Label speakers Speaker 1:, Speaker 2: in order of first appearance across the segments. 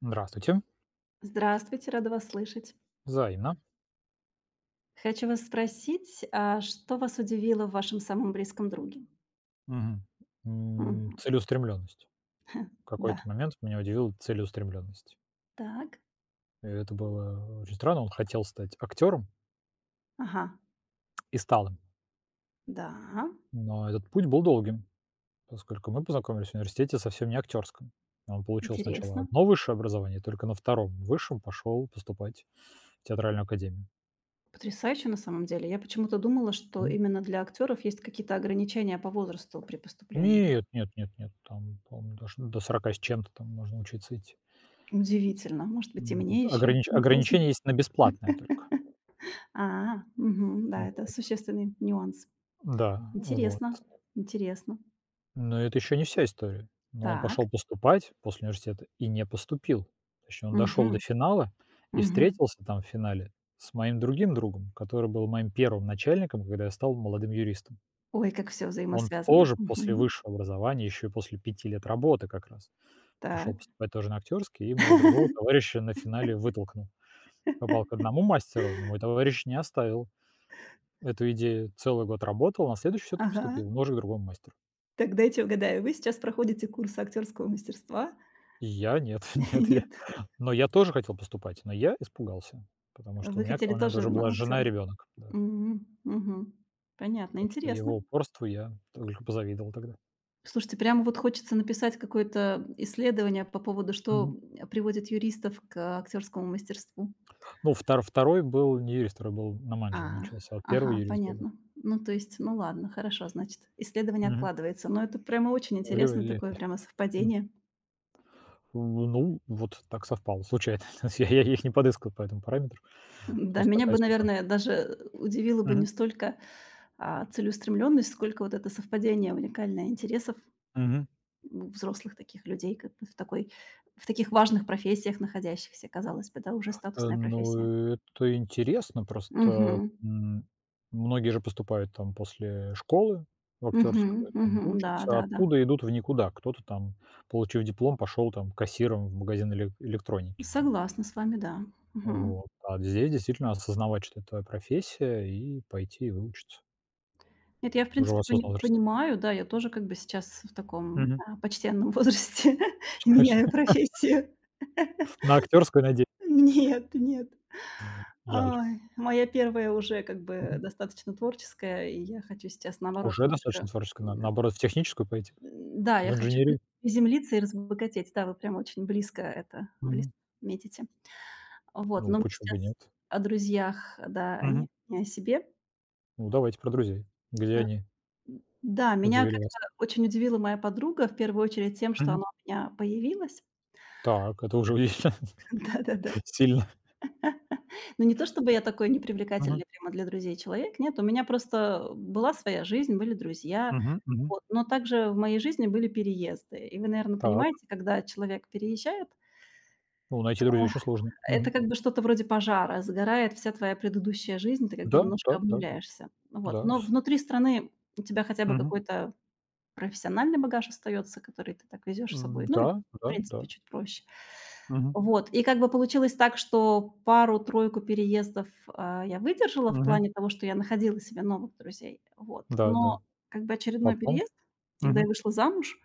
Speaker 1: Здравствуйте.
Speaker 2: Здравствуйте, рада вас слышать.
Speaker 1: Взаимно.
Speaker 2: Хочу вас спросить, а что вас удивило в вашем самом близком друге?
Speaker 1: Мгм.
Speaker 2: Мгм.
Speaker 1: Целеустремленность. В какой-то
Speaker 2: Да.
Speaker 1: момент меня удивила целеустремленность.
Speaker 2: Так.
Speaker 1: И это было очень странно. Он хотел стать актером
Speaker 2: Ага.
Speaker 1: и стал им.
Speaker 2: Да.
Speaker 1: Но этот путь был долгим, поскольку мы познакомились в университете совсем не актёрском. Он получил сначала
Speaker 2: Интересно.
Speaker 1: одно высшее образование, только на втором высшем пошел поступать в театральную академию.
Speaker 2: Потрясающе на самом деле. Я почему-то думала, что
Speaker 1: Мгм.
Speaker 2: именно для актеров есть какие-то ограничения по возрасту при поступлении.
Speaker 1: Нет, нет, нет, нет, там, по-моему, даже до 40 с чем-то там можно учиться идти.
Speaker 2: Удивительно. Может быть, и
Speaker 1: Ну вот.
Speaker 2: мне еще
Speaker 1: Огранич
Speaker 2: не поздно.
Speaker 1: ограничение есть на бесплатное только.
Speaker 2: А, мгм, да, это
Speaker 1: Вот.
Speaker 2: существенный нюанс.
Speaker 1: Да, вот.
Speaker 2: Интересно, интересно.
Speaker 1: Но это еще не вся история. Но он
Speaker 2: Так.
Speaker 1: пошел поступать после университета и не поступил. Точнее, он дошел до
Speaker 2: Угу.
Speaker 1: финала и
Speaker 2: Мгм.
Speaker 1: встретился там в финале с моим другим другом, который был моим первым начальником, когда я стал молодым юристом.
Speaker 2: Ой, как все
Speaker 1: Он
Speaker 2: взаимосвязано.
Speaker 1: тоже после
Speaker 2: Мгм.
Speaker 1: высшего образования, еще и после 5 лет работы как раз, пришел
Speaker 2: Так.
Speaker 1: поступать тоже на актерский, и моего другого товарища на финале вытолкнул. Попал к одному мастеру, но мой товарищ не оставил эту идею. Целый год работал, на следующий все-таки
Speaker 2: Ага.
Speaker 1: поступил, но уже к другому мастеру.
Speaker 2: Так, дайте угадаю, вы сейчас проходите курс актерского мастерства?
Speaker 1: Я нет, нет, я
Speaker 2: Нет?
Speaker 1: но я тоже хотел поступать, но я испугался, потому что у
Speaker 2: Вы
Speaker 1: меня к
Speaker 2: хотели
Speaker 1: тому моменту
Speaker 2: тоже
Speaker 1: уже была
Speaker 2: на
Speaker 1: жена и
Speaker 2: актера?
Speaker 1: ребенок, да.
Speaker 2: Понятно,
Speaker 1: Так что его
Speaker 2: интересно.
Speaker 1: упорству я только позавидовал тогда.
Speaker 2: Слушайте, прямо вот хочется написать какое-то исследование по поводу, что,
Speaker 1: Мгм.
Speaker 2: приводит юристов к актерскому мастерству.
Speaker 1: Ну, второй был не юрист, второй был на менеджера
Speaker 2: А,
Speaker 1: он учился, а первый
Speaker 2: ага,
Speaker 1: юрист был, да.
Speaker 2: понятно. Ну, то есть, ну ладно, хорошо, значит, исследование
Speaker 1: Мгм.
Speaker 2: откладывается. Но это прямо очень
Speaker 1: Или
Speaker 2: интересно,
Speaker 1: или
Speaker 2: такое прямо
Speaker 1: м,
Speaker 2: совпадение.
Speaker 1: ну, вот так совпало случайно. То есть я их не подыскал по этому параметру.
Speaker 2: Да,
Speaker 1: Просто
Speaker 2: меня
Speaker 1: такая
Speaker 2: бы,
Speaker 1: судьба.
Speaker 2: наверное, даже удивило бы
Speaker 1: Мгм.
Speaker 2: не столько, целеустремленность, сколько вот это совпадение уникальное интересов
Speaker 1: Мгм.
Speaker 2: у взрослых таких людей, как бы в таких важных профессиях находящихся, казалось бы, да, уже статусная профессия.
Speaker 1: Ну, это интересно. Просто,
Speaker 2: Угу,
Speaker 1: многие же поступают там после школы в
Speaker 2: угу,
Speaker 1: актерскую там
Speaker 2: угу, да,
Speaker 1: учатся,
Speaker 2: да, да.
Speaker 1: оттуда идут в никуда. Кто-то там, получив диплом, пошел там кассиром в магазин электроники. Как бы.
Speaker 2: Согласна с вами, да. Мгм.
Speaker 1: Вот. А здесь действительно осознавать, что это профессия, и пойти и выучиться
Speaker 2: Нет, я, в
Speaker 1: уже в
Speaker 2: принципе, пони
Speaker 1: осознанном возрасте.
Speaker 2: понимаю, да, я тоже как бы сейчас в таком,
Speaker 1: Мгм.
Speaker 2: почтенном возрасте меняю профессию.
Speaker 1: На актерскую надеюсь.
Speaker 2: Нет, нет.
Speaker 1: Жаль.
Speaker 2: Ай, моя первая уже как бы
Speaker 1: Мгм.
Speaker 2: достаточно творческая, и я хочу сейчас, наоборот,
Speaker 1: Уже
Speaker 2: немножко
Speaker 1: достаточно творческая. На
Speaker 2: м,
Speaker 1: наоборот, в техническую пойти,
Speaker 2: да,
Speaker 1: в
Speaker 2: я хочу при
Speaker 1: инженерию.
Speaker 2: приземлиться и разбогатеть. Да, вы прям очень близко это,
Speaker 1: Мгм.
Speaker 2: близко метите. Вот,
Speaker 1: Ну,
Speaker 2: но мы
Speaker 1: почему бы
Speaker 2: сейчас
Speaker 1: нет?
Speaker 2: о друзьях, да, а
Speaker 1: Мгм.
Speaker 2: не о себе.
Speaker 1: Ну, давайте про друзей. Где
Speaker 2: Э,
Speaker 1: они
Speaker 2: да, меня
Speaker 1: удивили вас?
Speaker 2: как-то очень удивила моя подруга, в первую очередь тем, что
Speaker 1: Мгм.
Speaker 2: она у меня появилась.
Speaker 1: Так, это уже удивительно.
Speaker 2: Да-да-да.
Speaker 1: Сильно.
Speaker 2: Ну, не то чтобы я такой
Speaker 1: Мгм.
Speaker 2: непривлекательный прямо для друзей человек, нет, у меня просто была своя жизнь, были друзья,
Speaker 1: Мгм. Мгм.
Speaker 2: вот. Но также в моей жизни были переезды. И вы, наверное,
Speaker 1: Так,
Speaker 2: понимаете, когда человек переезжает,
Speaker 1: ну, найти друзей еще сложно.
Speaker 2: это
Speaker 1: Мгм.
Speaker 2: как бы что-то вроде пожара, сгорает вся твоя предыдущая жизнь, ты как бы
Speaker 1: Да, да,
Speaker 2: немножко
Speaker 1: да,
Speaker 2: обнуляешься. Вот.
Speaker 1: да.
Speaker 2: Но
Speaker 1: С
Speaker 2: внутри страны у тебя хотя бы
Speaker 1: Мгм.
Speaker 2: какой-то профессиональный багаж остается, который ты так везешь с собой. Ну и, в
Speaker 1: Да, да,
Speaker 2: принципе,
Speaker 1: да.
Speaker 2: чуть проще.
Speaker 1: Мгм.
Speaker 2: Вот. И как бы получилось так, что пару-тройку переездов, я выдержала в
Speaker 1: Мгм.
Speaker 2: плане того, что я находила себе новых друзей. Вот.
Speaker 1: Да, да.
Speaker 2: Но как бы очередной
Speaker 1: Потом.
Speaker 2: переезд, когда я
Speaker 1: Мгм.
Speaker 2: вышла замуж,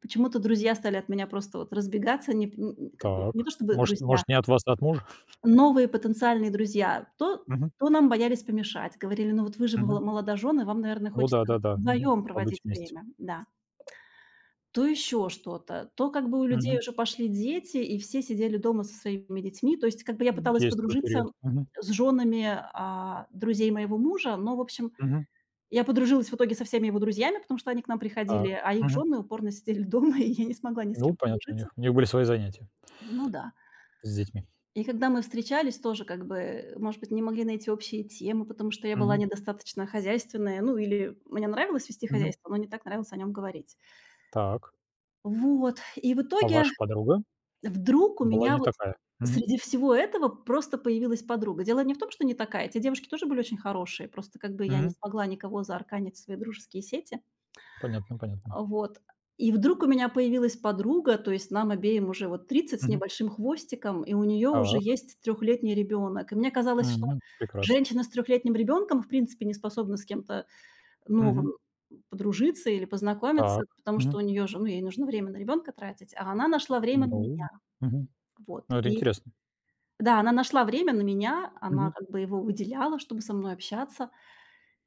Speaker 2: почему-то друзья стали от меня просто вот разбегаться. Не, как бы, не
Speaker 1: Так.
Speaker 2: то чтобы
Speaker 1: Может
Speaker 2: друзья,
Speaker 1: может, не от вас, а от мужа?
Speaker 2: новые потенциальные друзья. То,
Speaker 1: Мгм.
Speaker 2: то нам боялись помешать. Говорили, ну вот вы же
Speaker 1: Мгм.
Speaker 2: молодожены, вам, наверное,
Speaker 1: Ну
Speaker 2: хочется
Speaker 1: да, да-да. Мгм.
Speaker 2: вдвоем проводить
Speaker 1: Побыть вместе.
Speaker 2: время. Да то еще что-то, то как бы у людей
Speaker 1: Мгм.
Speaker 2: уже пошли дети, и все сидели дома со своими детьми. То есть как бы я
Speaker 1: М.
Speaker 2: пыталась
Speaker 1: Есть такой период.
Speaker 2: подружиться
Speaker 1: Мгм.
Speaker 2: с женами, друзей моего мужа, но, в общем,
Speaker 1: Мгм.
Speaker 2: я подружилась в итоге со всеми его друзьями, потому что они к нам
Speaker 1: Так.
Speaker 2: приходили, а их
Speaker 1: Мгм.
Speaker 2: жены упорно сидели дома, и я не смогла ни с
Speaker 1: Ну,
Speaker 2: кем
Speaker 1: понятно, у
Speaker 2: подружиться.
Speaker 1: них у них были свои занятия
Speaker 2: Ну да.
Speaker 1: с детьми.
Speaker 2: И когда мы встречались, тоже как бы, может быть, не могли найти общие темы, потому что я была
Speaker 1: Мгм.
Speaker 2: недостаточно хозяйственная, ну или мне нравилось вести
Speaker 1: Мгм.
Speaker 2: хозяйство, но не так нравилось о нем говорить.
Speaker 1: Так.
Speaker 2: Вот. И в
Speaker 1: А
Speaker 2: итоге
Speaker 1: ваша подруга
Speaker 2: вдруг у
Speaker 1: была
Speaker 2: меня
Speaker 1: не
Speaker 2: вот
Speaker 1: такая? Мгм.
Speaker 2: среди всего этого просто появилась подруга. Дело не в том, что не такая. Те девушки тоже были очень хорошие, просто как бы я не
Speaker 1: Мгм.
Speaker 2: смогла никого заарканить в свои дружеские сети.
Speaker 1: Понятно, понятно.
Speaker 2: А, вот. И вдруг у меня появилась подруга, то есть нам обеим уже вот 30 с
Speaker 1: Мгм.
Speaker 2: небольшим хвостиком, и у нее уже
Speaker 1: Так.
Speaker 2: есть трехлетний ребенок. И мне казалось, что
Speaker 1: Мгм. Прекрасно.
Speaker 2: женщина с трехлетним ребенком в принципе не способна с кем-то
Speaker 1: Мгм.
Speaker 2: новым подружиться или
Speaker 1: Так.
Speaker 2: познакомиться, потому что
Speaker 1: Мгм.
Speaker 2: у нее же, ну, ей нужно время на ребенка тратить, а она нашла время на меня.
Speaker 1: Ну, Мгм.
Speaker 2: Вот.
Speaker 1: Ну, это
Speaker 2: И
Speaker 1: интересно.
Speaker 2: да, она нашла время на меня, она
Speaker 1: Мгм.
Speaker 2: как бы его выделяла, чтобы со мной общаться.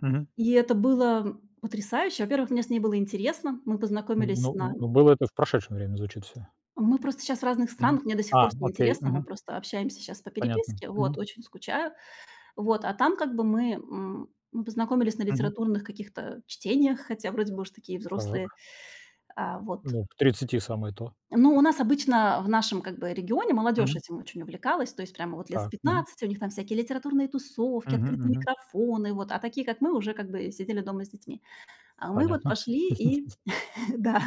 Speaker 1: Мгм.
Speaker 2: И это было потрясающе. Во-первых, мне с ней было интересно. Мы познакомились
Speaker 1: ну
Speaker 2: на
Speaker 1: ну, было это в прошедшем времени, звучит все.
Speaker 2: мы просто сейчас в разных
Speaker 1: Мгм.
Speaker 2: странах, мне до сих
Speaker 1: А,
Speaker 2: пор с ней
Speaker 1: окей.
Speaker 2: интересно, мы
Speaker 1: Мгм.
Speaker 2: просто общаемся сейчас по
Speaker 1: Понятно.
Speaker 2: переписке, вот,
Speaker 1: Мгм.
Speaker 2: очень скучаю. Вот, а там как бы мы познакомились на
Speaker 1: Мгм.
Speaker 2: литературных каких-то чтениях, хотя вроде бы уж такие взрослые.
Speaker 1: Так.
Speaker 2: А, вот.
Speaker 1: Ну, к 30 самое то.
Speaker 2: Ну, у нас обычно в нашем, как бы, регионе молодежь
Speaker 1: Мгм.
Speaker 2: этим очень увлекалась, то есть прямо вот лет с
Speaker 1: Так. Мгм.
Speaker 2: 15 у них там всякие литературные тусовки,
Speaker 1: Мгм.
Speaker 2: открытые
Speaker 1: Мгм.
Speaker 2: микрофоны, вот, а такие, как мы, уже как бы сидели дома с детьми. А мы вот
Speaker 1: Понятно.
Speaker 2: пошли и да,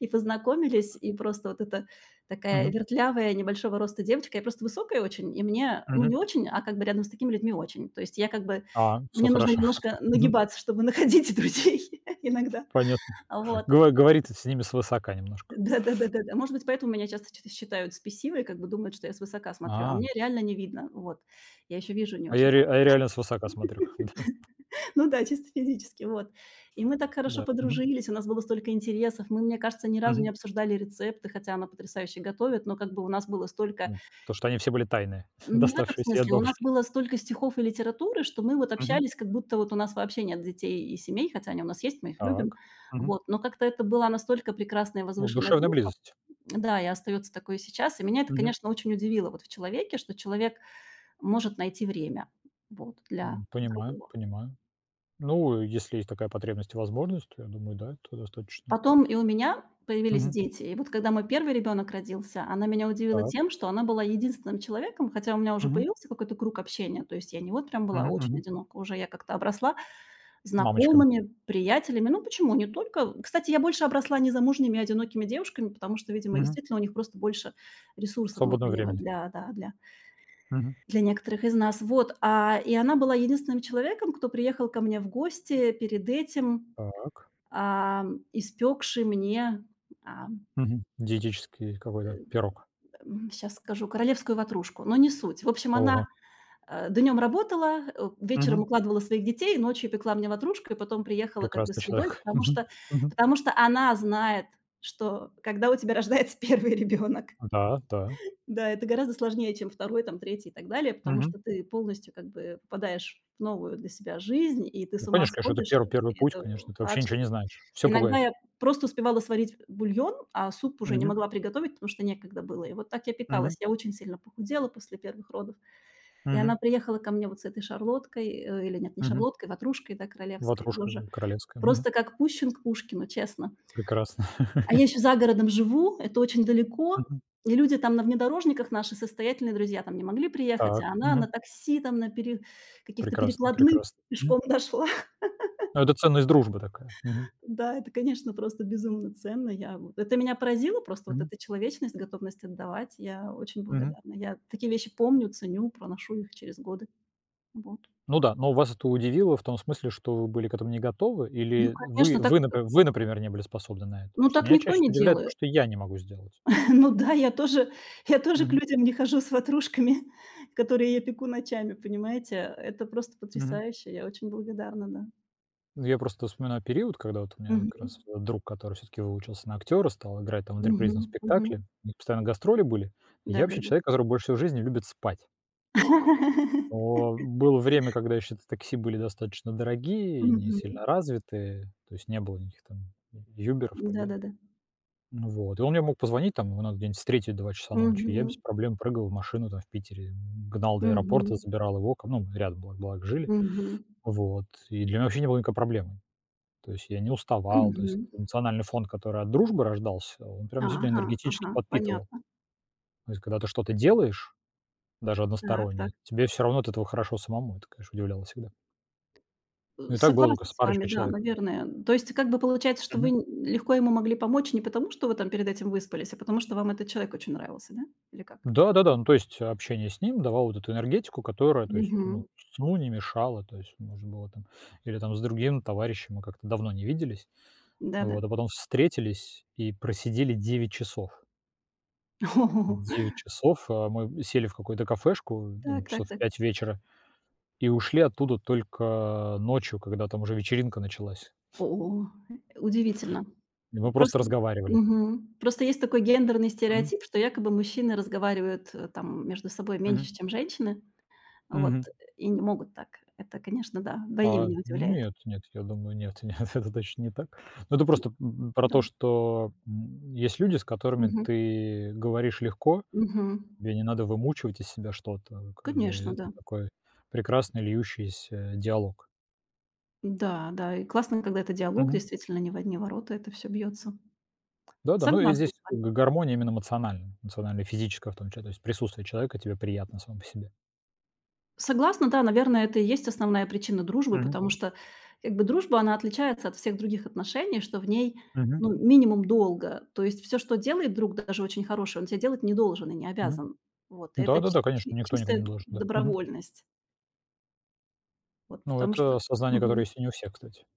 Speaker 2: и познакомились, и просто вот эта такая
Speaker 1: Мгм.
Speaker 2: вертлявая, небольшого роста девочка, я просто высокая очень, и мне, ну,
Speaker 1: Мгм.
Speaker 2: не очень, а как бы рядом с такими людьми очень. То есть я как бы
Speaker 1: А, все
Speaker 2: мне нужно
Speaker 1: хорошо.
Speaker 2: немножко
Speaker 1: Мгм.
Speaker 2: нагибаться, чтобы находить друзей иногда.
Speaker 1: Понятно.
Speaker 2: Вот.
Speaker 1: Гова говорит с ними свысока немножко.
Speaker 2: Да-да-да-да-да. Может быть, поэтому меня часто чт считают спесивой, как бы думают, что я свысока смотрю, а
Speaker 1: А.
Speaker 2: мне реально не видно. Вот. Я еще вижу не
Speaker 1: А
Speaker 2: очень
Speaker 1: я ре
Speaker 2: хорошо.
Speaker 1: а я реально свысока смотрю, когда
Speaker 2: Ну да, чисто физически, вот. И мы так хорошо
Speaker 1: да. Мгм.
Speaker 2: подружились, у нас было столько интересов. Мы, мне кажется, ни разу не
Speaker 1: Мгм.
Speaker 2: обсуждали рецепты, хотя она потрясающе готовит, но как бы у нас было столько
Speaker 1: Ну, потому что они все были тайные,
Speaker 2: ну, не в этом
Speaker 1: доставшиеся ей от
Speaker 2: смысле, у нас
Speaker 1: бабушки.
Speaker 2: было столько стихов и литературы, что мы вот
Speaker 1: Мгм.
Speaker 2: общались, как будто вот у нас вообще нет детей и семей, хотя они у нас есть, мы их любим.
Speaker 1: Так. Мгм.
Speaker 2: Вот. Но как-то это была настолько прекрасная и
Speaker 1: Ну,
Speaker 2: возвышенная
Speaker 1: душевная
Speaker 2: дружба.
Speaker 1: близость.
Speaker 2: Да, и остается такое сейчас. И меня это,
Speaker 1: Мгм.
Speaker 2: конечно, очень удивило вот в человеке, что человек может найти время вот для
Speaker 1: Понимаю,
Speaker 2: другого.
Speaker 1: понимаю. Ну, если есть такая потребность и возможность, то я думаю, да, это достаточно.
Speaker 2: Потом и у меня появились
Speaker 1: Мгм.
Speaker 2: дети. И вот когда мой первый ребенок родился, она меня удивила
Speaker 1: Так.
Speaker 2: тем, что она была единственным человеком, хотя у меня уже
Speaker 1: Мгм.
Speaker 2: появился какой-то круг общения. То есть я не вот прям
Speaker 1: Мгм.
Speaker 2: была очень
Speaker 1: Мгм.
Speaker 2: одинока, уже я как-то обросла
Speaker 1: Мамочками.
Speaker 2: знакомыми, приятелями. Ну, почему? Не только... Кстати, я больше обросла незамужними и одинокими девушками, потому что, видимо,
Speaker 1: Мгм.
Speaker 2: действительно у них просто больше ресурса
Speaker 1: Свободного
Speaker 2: внутреннего
Speaker 1: времени.
Speaker 2: для, да, для
Speaker 1: Мгм.
Speaker 2: Для некоторых из нас. Вот, и она была единственным человеком, кто приехал ко мне в гости перед этим,
Speaker 1: Так.
Speaker 2: испекший мне, сейчас
Speaker 1: Мгм. Диетический какой-то пирог.
Speaker 2: скажу, королевскую ватрушку, но не суть. В общем, она,
Speaker 1: Ого.
Speaker 2: днём работала, вечером
Speaker 1: Мгм.
Speaker 2: укладывала своих детей, ночью пекла мне ватрушку и потом приехала как бы
Speaker 1: Прекрасный
Speaker 2: с едой,
Speaker 1: человек.
Speaker 2: потому
Speaker 1: Мгм.
Speaker 2: что
Speaker 1: Мгм.
Speaker 2: потому что она знает, что когда у тебя рождается первый ребенок.
Speaker 1: Да, да.
Speaker 2: Да, это гораздо сложнее, чем второй, там третий и так далее, потому
Speaker 1: Мгм.
Speaker 2: что ты полностью как бы попадаешь в новую для себя жизнь, и ты с
Speaker 1: Ну,
Speaker 2: ума
Speaker 1: конечно, конечно, это
Speaker 2: сходишь.
Speaker 1: первый
Speaker 2: И
Speaker 1: путь,
Speaker 2: это
Speaker 1: конечно, ты вообще
Speaker 2: вообще,
Speaker 1: ничего
Speaker 2: то
Speaker 1: не
Speaker 2: есть,
Speaker 1: знаешь. Все
Speaker 2: иногда
Speaker 1: пугает.
Speaker 2: я просто успевала сварить бульон, а суп уже не
Speaker 1: Мгм,
Speaker 2: могла приготовить, потому что некогда было. И вот так я
Speaker 1: мгм,
Speaker 2: питалась. Я очень сильно похудела после первых родов. И она
Speaker 1: мгм,
Speaker 2: приехала ко мне вот с этой шарлоткой, или нет, не
Speaker 1: мгм.
Speaker 2: шарлоткой, ватрушкой, да, королевской,
Speaker 1: Ватрушка
Speaker 2: боже.
Speaker 1: королевская. Мгм.
Speaker 2: Просто как Пущин к Пушкину, честно.
Speaker 1: Прекрасно.
Speaker 2: А я еще за городом живу, это очень далеко,
Speaker 1: Мгм.
Speaker 2: и люди там на внедорожниках, наши состоятельные друзья, там не могли приехать,
Speaker 1: Так.
Speaker 2: а она на
Speaker 1: Мгм.
Speaker 2: такси, там на пере каких-то
Speaker 1: Прекрасно,
Speaker 2: перекладных
Speaker 1: прекрасно. Мгм.
Speaker 2: пешком дошла.
Speaker 1: Ну, это ценность дружбы такая. Мгм.
Speaker 2: Да, это, конечно, просто безумно ценно. Я вот это меня поразило просто, вот
Speaker 1: Мгм,
Speaker 2: эта человечность, готовность отдавать. Я очень
Speaker 1: мгм.
Speaker 2: благодарна. Я такие вещи помню, ценю, проношу их через годы. Вот.
Speaker 1: Ну да, но вас это удивило в том смысле, что вы были к этому не готовы,
Speaker 2: Ну,
Speaker 1: или вы
Speaker 2: конечно, так,
Speaker 1: вы, напри вы, например, не были способны на это?
Speaker 2: ну,
Speaker 1: Потому что
Speaker 2: так
Speaker 1: меня
Speaker 2: никто
Speaker 1: чаще
Speaker 2: не
Speaker 1: удивляет то,
Speaker 2: делает.
Speaker 1: что я не могу сделать.
Speaker 2: Ну да, я тоже к
Speaker 1: Мгм,
Speaker 2: людям не хожу с ватрушками, которые я пеку ночами, понимаете? Это просто
Speaker 1: мгм.
Speaker 2: потрясающе. Я очень благодарна, да.
Speaker 1: Ну, я просто вспоминаю период, когда вот у меня
Speaker 2: Мгм.
Speaker 1: как раз друг, который все таки выучился на актера, стал играть там в
Speaker 2: Мгм.
Speaker 1: антрепризном
Speaker 2: Мгм.
Speaker 1: спектакле, у них постоянно гастроли были. Я вообще
Speaker 2: Да-да-да.
Speaker 1: человек, который больше всего в жизни любит спать. Но было время, когда еще такси были достаточно дорогие и не
Speaker 2: Мгм.
Speaker 1: сильно развитые, то есть не было никаких там "Юберов" и так далее.
Speaker 2: Да-да-да.
Speaker 1: Ну вот, и он мне мог позвонить, там его надо где-нибудь встретить в 2 часа ночи, и я без
Speaker 2: Мгм.
Speaker 1: проблем прыгал в машину там в Питере, гнал до аэропорта,
Speaker 2: Мгм.
Speaker 1: забирал его, к ну, рядом, благо жили.
Speaker 2: Мгм.
Speaker 1: Вот, и для меня вообще не было никакой проблемы. То есть я не уставал, то есть
Speaker 2: Мгм.
Speaker 1: эмоциональный фон, который от дружбы рождался, он прям действительно
Speaker 2: Ага,
Speaker 1: энергетически
Speaker 2: ага,
Speaker 1: подпитывал.
Speaker 2: понятно.
Speaker 1: То есть когда ты что-то делаешь, даже
Speaker 2: Так, так.
Speaker 1: одностороннее, тебе все равно от этого хорошо самому. Это, конечно, удивляло всегда. Ну и так было только
Speaker 2: Согласна
Speaker 1: с
Speaker 2: с вами,
Speaker 1: парочкой
Speaker 2: да,
Speaker 1: человек.
Speaker 2: наверное. То есть как бы получается, что вы
Speaker 1: Мгм.
Speaker 2: н легко ему могли помочь не потому, что вы там перед этим выспались, а потому, что вам этот человек очень нравился, да? Или как?
Speaker 1: Да-да-да, ну, то есть общение с ним давало вот эту энергетику, которая, то есть,
Speaker 2: Мгм.
Speaker 1: ну, сну не мешала, то есть можно было там, или там с другим товарищем мы как-то давно не виделись,
Speaker 2: Да-да.
Speaker 1: вот, а потом встретились и просидели 9 часов.
Speaker 2: О.
Speaker 1: 9 часов, а, мы сели в какую-то кафешку, там,
Speaker 2: Так, так,
Speaker 1: часов в
Speaker 2: так.
Speaker 1: 5 вечера, и ушли оттуда только ночью, когда там уже вечеринка началась.
Speaker 2: О, удивительно.
Speaker 1: И мы просто
Speaker 2: Просто
Speaker 1: разговаривали.
Speaker 2: Мгм. Просто есть такой гендерный
Speaker 1: Мгм,
Speaker 2: стереотип, что якобы мужчины разговаривают, там между собой
Speaker 1: мгм,
Speaker 2: меньше, чем женщины, вот,
Speaker 1: мгм.
Speaker 2: и не могут так. Это, конечно, да, вдвойне
Speaker 1: А,
Speaker 2: меня удивляет.
Speaker 1: нет, нет, я думаю, нет, нет, это точно не так. Ну, это просто, про
Speaker 2: Да.
Speaker 1: то, что, есть люди, с которыми
Speaker 2: Мгм.
Speaker 1: ты говоришь легко,
Speaker 2: Мгм.
Speaker 1: тебе не надо вымучивать из себя что-то, как бы
Speaker 2: Конечно,
Speaker 1: это
Speaker 2: да.
Speaker 1: такой прекрасный льющийся диалог.
Speaker 2: Да, да, и классно, когда это диалог, действительно, не в одни ворота это все бьется.
Speaker 1: Да-да, ну и
Speaker 2: Согласна
Speaker 1: здесь
Speaker 2: с вами.
Speaker 1: г гармония именно эмоциональная, эмоциональная, физическая в том числе. То есть присутствие человека тебе приятно само по себе.
Speaker 2: Согласна, да, наверное, это и есть основная причина дружбы,
Speaker 1: Мгм,
Speaker 2: потому что как бы дружба, она отличается от всех других отношений, что в ней,
Speaker 1: мгм,
Speaker 2: ну, минимум долга. То есть все, что делает друг, даже очень хороший, он те делать не должен и не
Speaker 1: мгм.
Speaker 2: обязан. Вот, и это чи
Speaker 1: Да-да-да, конечно,
Speaker 2: чи
Speaker 1: никто никому не
Speaker 2: чистая
Speaker 1: должен, да. Мгм.
Speaker 2: добровольность. Вот,
Speaker 1: Ну,
Speaker 2: потому что.
Speaker 1: это сознание, которое
Speaker 2: Мгм.
Speaker 1: есть и не у всех, кстати.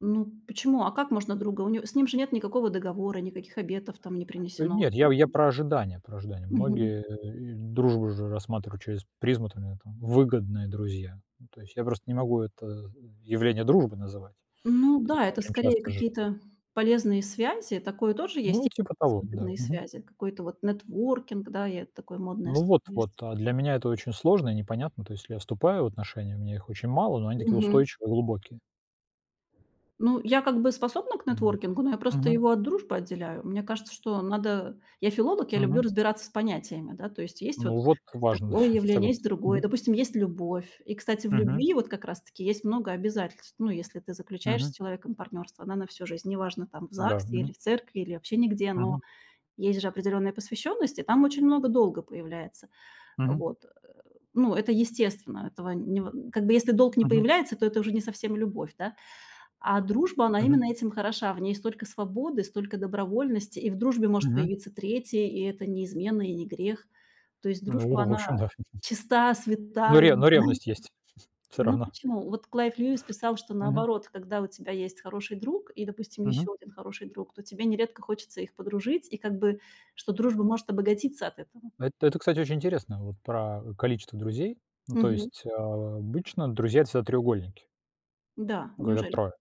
Speaker 2: Ну, почему? А как можно друга? У него с ним же нет никакого договора, никаких обетов там не принесено.
Speaker 1: Нет, я про ожидания, про ожидания. Многие,
Speaker 2: Мгм.
Speaker 1: дружбу же рассматривают через призму, там, я там, выгодные друзья. Ну, то есть я просто не могу это явление дружбы называть.
Speaker 2: Ну
Speaker 1: То есть
Speaker 2: да, это
Speaker 1: очень
Speaker 2: скорее
Speaker 1: часто же
Speaker 2: какие-то полезные связи. Такое тоже есть.
Speaker 1: ну, типа
Speaker 2: Есть
Speaker 1: того, да.
Speaker 2: выгодные связи. Какой-то вот нетворкинг, да, и это такое модное
Speaker 1: Ну
Speaker 2: слово
Speaker 1: вот, вот,
Speaker 2: есть.
Speaker 1: а для меня это очень сложно и непонятно. То есть, если я вступаю в отношения, у меня их очень мало, но они такие
Speaker 2: Мгм.
Speaker 1: устойчивые, глубокие.
Speaker 2: Ну, я как бы способна к
Speaker 1: Вот.
Speaker 2: нетворкингу, но я просто
Speaker 1: Мгм.
Speaker 2: его от дружбы отделяю. Мне кажется, что надо я филолог, я люблю
Speaker 1: Мгм.
Speaker 2: разбираться с понятиями, да. То есть есть вот
Speaker 1: Ну вот, важно,
Speaker 2: такое явление, есть
Speaker 1: согласен.
Speaker 2: другое.
Speaker 1: Мгм.
Speaker 2: Допустим, есть любовь. И, кстати, в
Speaker 1: Мгм.
Speaker 2: любви вот как раз-таки есть много обязательств. Ну, если ты заключаешь с
Speaker 1: Мгм.
Speaker 2: человеком партнерство, да, на всю жизнь, неважно, там, в
Speaker 1: Да.
Speaker 2: ЗАГСе или
Speaker 1: Мгм.
Speaker 2: в церкви, или вообще нигде, но
Speaker 1: Мгм.
Speaker 2: есть же определенная посвященность, и там очень много долга появляется.
Speaker 1: Мгм.
Speaker 2: Вот, ну, это естественно, этого нево как бы если долг не
Speaker 1: Мгм.
Speaker 2: появляется, то это уже не совсем любовь, да. А дружба, она
Speaker 1: Мгм.
Speaker 2: именно этим хороша. В ней столько свободы, столько добровольности, и в дружбе может
Speaker 1: Мгм.
Speaker 2: появиться третий, и это неизменно и не грех. То есть дружба,
Speaker 1: Ну, в общем,
Speaker 2: она
Speaker 1: да.
Speaker 2: чиста,
Speaker 1: Но ре
Speaker 2: святая.
Speaker 1: но ревность есть все
Speaker 2: Ну
Speaker 1: равно.
Speaker 2: почему? Вот Клайв Льюис писал, что
Speaker 1: Мгм.
Speaker 2: наоборот, когда у тебя есть хороший друг и, допустим,
Speaker 1: Мгм.
Speaker 2: еще один хороший друг, то тебе нередко хочется их подружить, и как бы что дружба может обогатиться от этого.
Speaker 1: Это, кстати, очень интересно, вот про количество друзей. Ну, то
Speaker 2: Мгм.
Speaker 1: есть, обычно друзья — это всегда треугольники,
Speaker 2: Да,
Speaker 1: ну, когда
Speaker 2: неужели?
Speaker 1: трое?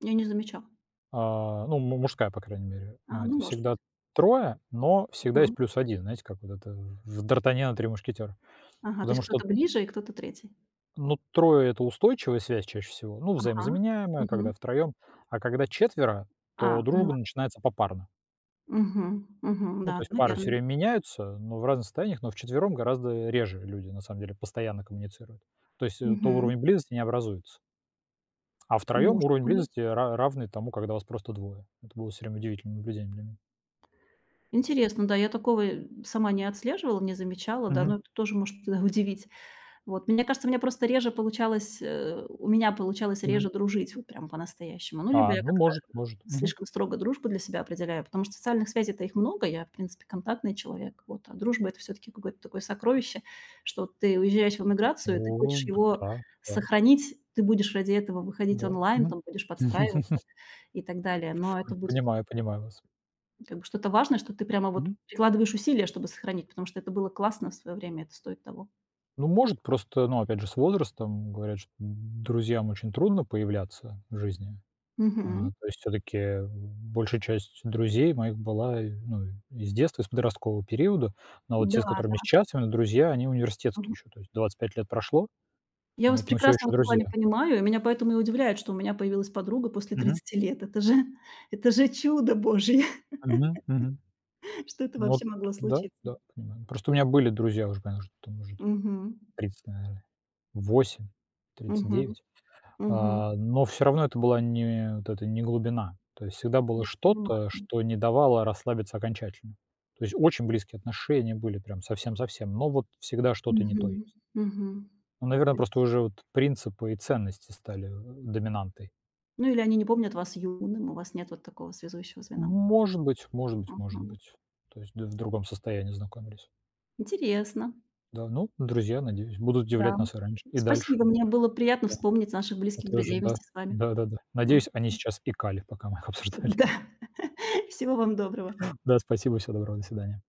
Speaker 2: Я не замечала.
Speaker 1: Ну, му мужская, по крайней мере.
Speaker 2: А, ну,
Speaker 1: Это
Speaker 2: может быть.
Speaker 1: всегда трое, но всегда
Speaker 2: Мгм.
Speaker 1: есть плюс один, знаете, как вот это в "Д'Артаньян и 3 мушкетера".
Speaker 2: Ага, то
Speaker 1: Потому
Speaker 2: есть
Speaker 1: что,
Speaker 2: кто-то ближе и кто-то третий.
Speaker 1: ну, трое — это устойчивая связь чаще всего, ну,
Speaker 2: Ага.
Speaker 1: взаимозаменяемая, когда
Speaker 2: Мгм.
Speaker 1: втроем. А когда четверо,
Speaker 2: А,
Speaker 1: то дружба
Speaker 2: поняла.
Speaker 1: начинается попарно.
Speaker 2: Мгм. Мгм.
Speaker 1: Ну, то
Speaker 2: Да,
Speaker 1: есть пары все
Speaker 2: наверное.
Speaker 1: время меняются, но в разных состояниях, но вчетвером гораздо реже люди, на самом деле, постоянно коммуницируют. То есть, то
Speaker 2: Мгм.
Speaker 1: уровень близости не образуется. А втроем
Speaker 2: Может
Speaker 1: уровень
Speaker 2: быть.
Speaker 1: близости ра равный тому, когда вас просто двое. Это было все время удивительным наблюдением для меня.
Speaker 2: Интересно, да, я такого, сама не отслеживала, не замечала, да,
Speaker 1: Мгм.
Speaker 2: но это тоже может, да, удивить. Вот, мне кажется, мне просто реже получалось, у меня получалось
Speaker 1: Мгм.
Speaker 2: реже дружить вот прям по-настоящему. Ну, либо
Speaker 1: А,
Speaker 2: я
Speaker 1: ну,
Speaker 2: как-то
Speaker 1: может. Мгм.
Speaker 2: слишком строго дружбу для себя определяю, потому что социальных связей-то их много, я, в принципе, контактный человек, вот, а дружба– это все-таки какое-то такое сокровище, что вот ты уезжаешь в эмиграцию, и ты
Speaker 1: О,
Speaker 2: хочешь его
Speaker 1: да, да,
Speaker 2: сохранить, ты будешь ради этого выходить
Speaker 1: да.
Speaker 2: онлайн,
Speaker 1: Мгм.
Speaker 2: там будешь подстраиваться и так далее, но это будет
Speaker 1: Понимаю, понимаю вас.
Speaker 2: как бы что-то важное, что ты прямо вот
Speaker 1: Мгм.
Speaker 2: прикладываешь усилия, чтобы сохранить, потому что это было классно в свое время, это стоит того.
Speaker 1: Ну, может, просто, ну, опять же, с возрастом говорят, что друзьям очень трудно появляться в жизни.
Speaker 2: Мгм.
Speaker 1: То есть все таки большая часть друзей моих была, и, ну, из детства, из подросткового периода. Но вот
Speaker 2: Да,
Speaker 1: те, с которыми сейчас именно друзья, они университетские
Speaker 2: да.
Speaker 1: еще. То есть 25 лет прошло,
Speaker 2: Я
Speaker 1: но
Speaker 2: вас
Speaker 1: вот мы все
Speaker 2: прекрасно в
Speaker 1: еще
Speaker 2: этом плане
Speaker 1: друзья.
Speaker 2: понимаю, и меня поэтому и удивляет, что у меня появилась подруга после
Speaker 1: Мгм.
Speaker 2: 30 лет. Это же это же чудо божье,
Speaker 1: Мгм. Мгм.
Speaker 2: что это
Speaker 1: Ну вот,
Speaker 2: вообще могло
Speaker 1: да,
Speaker 2: случиться.
Speaker 1: да, понимаю. Просто у меня были друзья уже, конечно, там уже
Speaker 2: Мгм.
Speaker 1: 30, наверное, 8,
Speaker 2: Мгм.
Speaker 1: 39.
Speaker 2: Мгм.
Speaker 1: А, но все равно это была не вот эта не глубина. То есть всегда было
Speaker 2: Я
Speaker 1: что-то,
Speaker 2: понимаю.
Speaker 1: что не давало расслабиться окончательно. То есть очень близкие отношения были, прям совсем-совсем, но вот всегда что-то не
Speaker 2: Мгм.
Speaker 1: то есть.
Speaker 2: Мгм.
Speaker 1: Ну, наверное,
Speaker 2: То
Speaker 1: просто
Speaker 2: есть
Speaker 1: уже вот принципы и ценности стали, доминантой.
Speaker 2: ну, или они не помнят вас юным, у вас нет вот такого связующего звена.
Speaker 1: Может быть, может быть, может
Speaker 2: Мгм.
Speaker 1: быть. То есть д в другом состоянии знакомились.
Speaker 2: Интересно.
Speaker 1: Да, ну, друзья, надеюсь, будут
Speaker 2: Да.
Speaker 1: удивлять нас и раньше и дальше.
Speaker 2: Спасибо, мне было приятно вспомнить наших
Speaker 1: Я
Speaker 2: близких
Speaker 1: тоже,
Speaker 2: друзей
Speaker 1: да.
Speaker 2: вместе с вами.
Speaker 1: Да-да-да.
Speaker 2: М.
Speaker 1: Надеюсь, они сейчас икали, пока мы их обсуждали.
Speaker 2: Да. Всего вам доброго.
Speaker 1: Да, спасибо, всего доброго, до свидания.